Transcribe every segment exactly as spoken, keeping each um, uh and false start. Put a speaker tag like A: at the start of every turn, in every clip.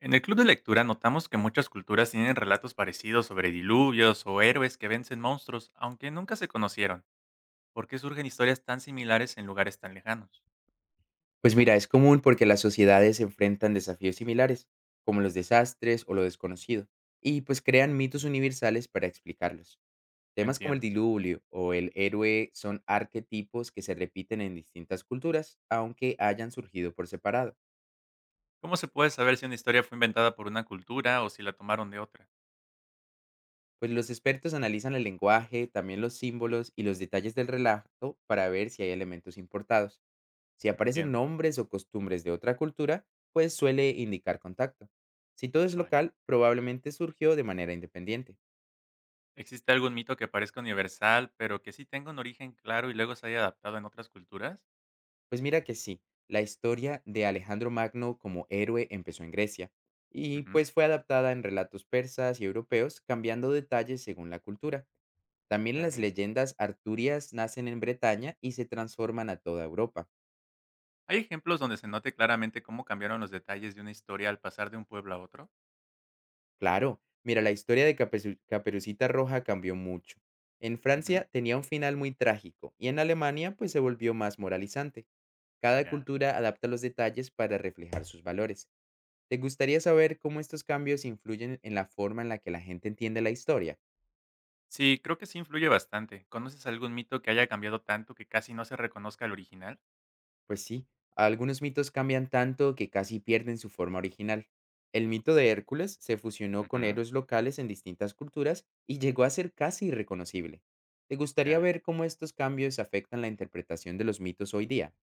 A: En el club de lectura notamos que muchas culturas tienen relatos parecidos sobre diluvios o héroes que vencen monstruos, aunque nunca se conocieron. ¿Por qué surgen historias tan similares en lugares tan lejanos?
B: Pues mira, es común porque las sociedades enfrentan desafíos similares, como los desastres o lo desconocido, y pues crean mitos
A: Mm.
B: universales para explicarlos. Temas como el
A: Entiendo.
B: diluvio o el héroe son arquetipos que se repiten en distintas culturas, aunque hayan surgido por separado.
A: ¿Cómo se puede saber si una historia fue inventada por una cultura o si la tomaron de otra?
B: Pues los expertos analizan el lenguaje, también los símbolos y los detalles del relato para ver si hay elementos importados. Si aparecen
A: Entiendo.
B: nombres o costumbres de otra cultura, pues suele indicar contacto. Si todo es
A: Vale.
B: local, probablemente surgió de manera independiente.
A: ¿Existe algún mito que parezca universal, pero que sí tenga un origen claro y luego se haya adaptado en otras culturas?
B: Pues mira que sí, la historia de Alejandro Magno como héroe empezó en Grecia y
A: Ujú.
B: pues fue adaptada en relatos persas y europeos, cambiando detalles según la cultura. También
A: Ya
B: las
A: veo.
B: leyendas arturias nacen en Bretaña y se transforman a toda Europa.
A: ¿Hay ejemplos donde se note claramente cómo cambiaron los detalles de una historia al pasar de un pueblo a otro?
B: Claro, mira, la historia de Capesu- Caperucita Roja cambió mucho. En
A: Ujú.
B: Francia tenía un final muy trágico y en Alemania pues se volvió más moralizante. Cada
A: Ya.
B: cultura adapta los detalles para reflejar sus valores. ¿Te gustaría saber cómo estos cambios influyen en la forma en la que la gente entiende la historia?
A: Sí, creo que sí influye bastante. ¿Conoces algún mito que haya cambiado tanto que casi no se reconozca el original?
B: Pues sí, algunos mitos cambian tanto que casi pierden su forma original. El mito de Hércules se fusionó con
A: Ujú,
B: héroes locales en distintas culturas y llegó a ser casi irreconocible. ¿Te gustaría
A: ya.
B: ver cómo estos cambios afectan la interpretación de los mitos hoy día?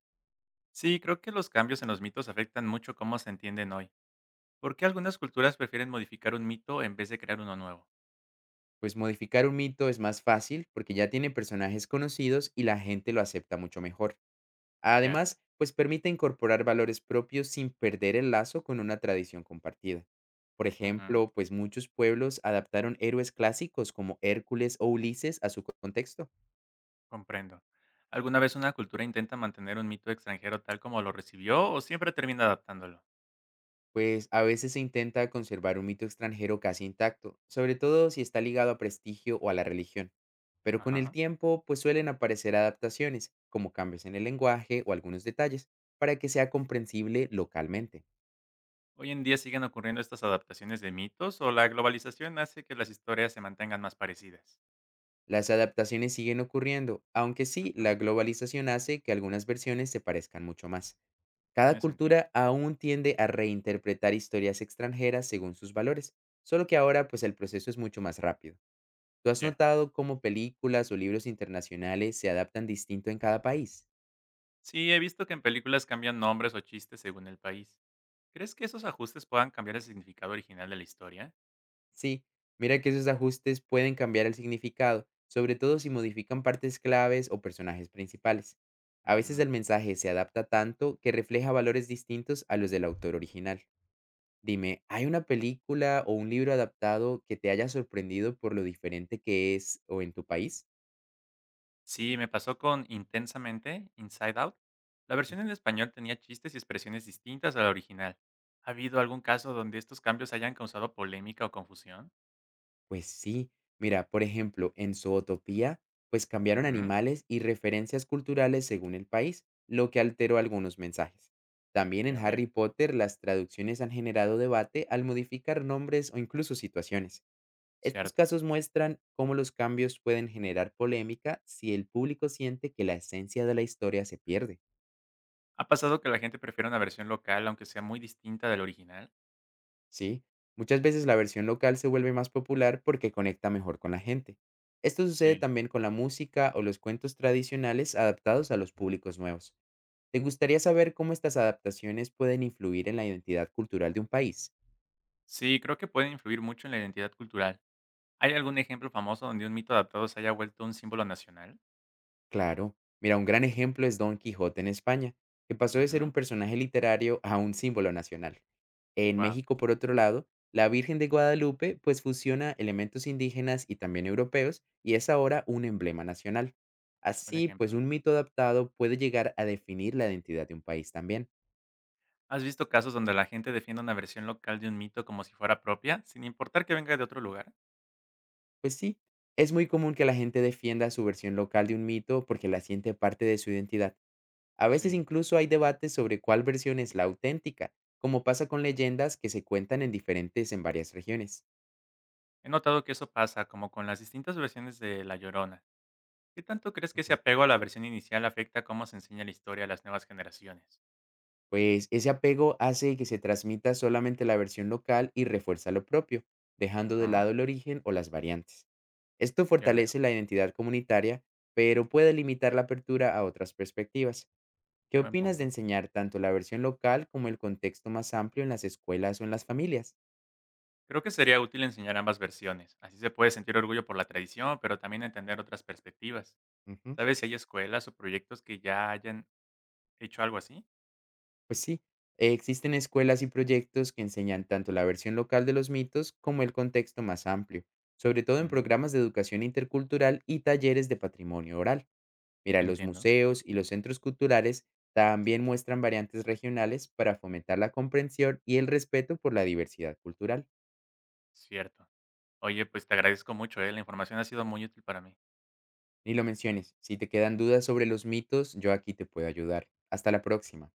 A: Sí, creo que los cambios en los mitos afectan mucho cómo se entienden hoy. ¿Por qué algunas culturas prefieren modificar un mito en vez de crear uno nuevo?
B: Pues modificar un mito es más fácil porque ya tiene personajes conocidos y la gente lo acepta mucho mejor.
A: Ya.
B: Además, pues permite incorporar valores propios sin perder el lazo con una tradición compartida. Por
A: Ujú.
B: ejemplo, pues muchos pueblos adaptaron héroes clásicos como Hércules o Ulises a su co- contexto.
A: Comprendo. ¿Alguna vez una cultura intenta mantener un mito extranjero tal como lo recibió o siempre termina adaptándolo?
B: Pues a veces se intenta conservar un mito extranjero casi intacto, sobre todo si está ligado a prestigio o a la religión. Pero con el
A: Ajá.
B: tiempo, pues suelen aparecer adaptaciones, como cambios en el lenguaje o algunos detalles, para que sea comprensible localmente.
A: ¿Hoy en día siguen ocurriendo estas adaptaciones de mitos o la globalización hace que las historias se mantengan más parecidas?
B: Las adaptaciones siguen ocurriendo, aunque sí,
A: Ujú.
B: la globalización hace que algunas versiones se parezcan mucho más. Cada
A: Tiene sentido.
B: cultura aún tiende a reinterpretar historias extranjeras según sus valores, solo que ahora pues el proceso es mucho más rápido. ¿Tú has
A: Ya.
B: notado cómo películas o libros internacionales se adaptan distinto en cada país?
A: Sí, he visto que en películas cambian nombres o chistes según el país. ¿Crees que esos ajustes puedan cambiar el significado original de la historia?
B: Sí, mira que esos ajustes pueden cambiar el significado, sobre todo si modifican partes claves o personajes principales. A veces
A: Mm,
B: el mensaje se adapta tanto que refleja valores distintos a los del autor original. Dime, ¿hay una película o un libro adaptado que te haya sorprendido por lo diferente que es o en tu país?
A: sí, me pasó con Intensamente, Inside Out. La versión en español tenía chistes y expresiones distintas a la original. ¿Ha habido algún caso donde estos cambios hayan causado polémica o confusión?
B: Pues sí, mira, por ejemplo, en Zootopía, pues cambiaron
A: Ujú,
B: animales y referencias culturales según el país, lo que alteró algunos mensajes. También en
A: ya veo,
B: Harry Potter, las traducciones han generado debate al modificar nombres o incluso situaciones. Estos
A: cierto.
B: casos muestran cómo los cambios pueden generar polémica si el público siente que la esencia de la historia se pierde.
A: ¿Ha pasado que la gente prefiere una versión local aunque sea muy distinta de la original?
B: Sí, muchas veces la versión local se vuelve más popular porque conecta mejor con la gente. Esto sucede
A: Sí.
B: también con la música o los cuentos tradicionales adaptados a los públicos nuevos. ¿Te gustaría saber cómo estas adaptaciones pueden influir en la identidad cultural de un país?
A: Sí, creo que puede influir mucho en la identidad cultural. ¿Hay algún ejemplo famoso donde un mito adaptado se haya vuelto un símbolo nacional?
B: Claro. Mira, un gran ejemplo es Don Quijote en España, que pasó de ser un
A: Wow,
B: personaje literario a un símbolo nacional. En México, por otro lado, la Virgen de Guadalupe pues fusiona elementos indígenas y también europeos y es ahora un emblema nacional.
A: buen
B: Así, pues
A: ejemplo.
B: un mito adaptado puede llegar a definir la identidad de un país también.
A: ¿Has visto casos donde la gente defiende una versión local de un mito como si fuera propia, sin importar que venga de otro lugar?
B: Pues sí, es muy común que la gente defienda su versión local de un mito porque la siente parte de su identidad. A veces
A: Sí.
B: incluso hay debates sobre cuál versión es la auténtica, como pasa con leyendas que se cuentan en diferentes en varias regiones.
A: He notado que eso pasa, como con las distintas versiones de La Llorona. ¿Qué tanto crees que ese
B: Ujú.
A: apego a la versión inicial afecta cómo se enseña la historia a las nuevas generaciones?
B: Pues ese apego hace que se transmita solamente la versión local y refuerza lo propio, dejando de
A: Ajá,
B: lado el origen o las variantes. Esto
A: ya veo.
B: fortalece la identidad comunitaria, pero puede limitar la apertura a otras perspectivas. ¿Qué
A: Buen
B: opinas de
A: punto.
B: enseñar tanto la versión local como el contexto más amplio en las escuelas o en las familias?
A: Creo que sería útil enseñar ambas versiones. Así se puede sentir orgullo por la tradición, pero también entender otras perspectivas.
B: Ujú.
A: ¿Sabes si hay escuelas o proyectos que ya hayan hecho algo así?
B: Pues sí, eh, existen escuelas y proyectos que enseñan tanto la versión local de los mitos como el contexto más amplio, sobre todo en
A: Mm,
B: programas de educación intercultural y talleres de patrimonio oral. Mira, los
A: entiendo,
B: museos y los centros culturales también muestran variantes regionales para fomentar la comprensión y el respeto por la diversidad cultural.
A: cierto. Oye, pues te agradezco mucho, eh, la información ha sido muy útil para mí.
B: Ni lo menciones, si te quedan dudas sobre los mitos, yo aquí te puedo ayudar. Hasta la próxima.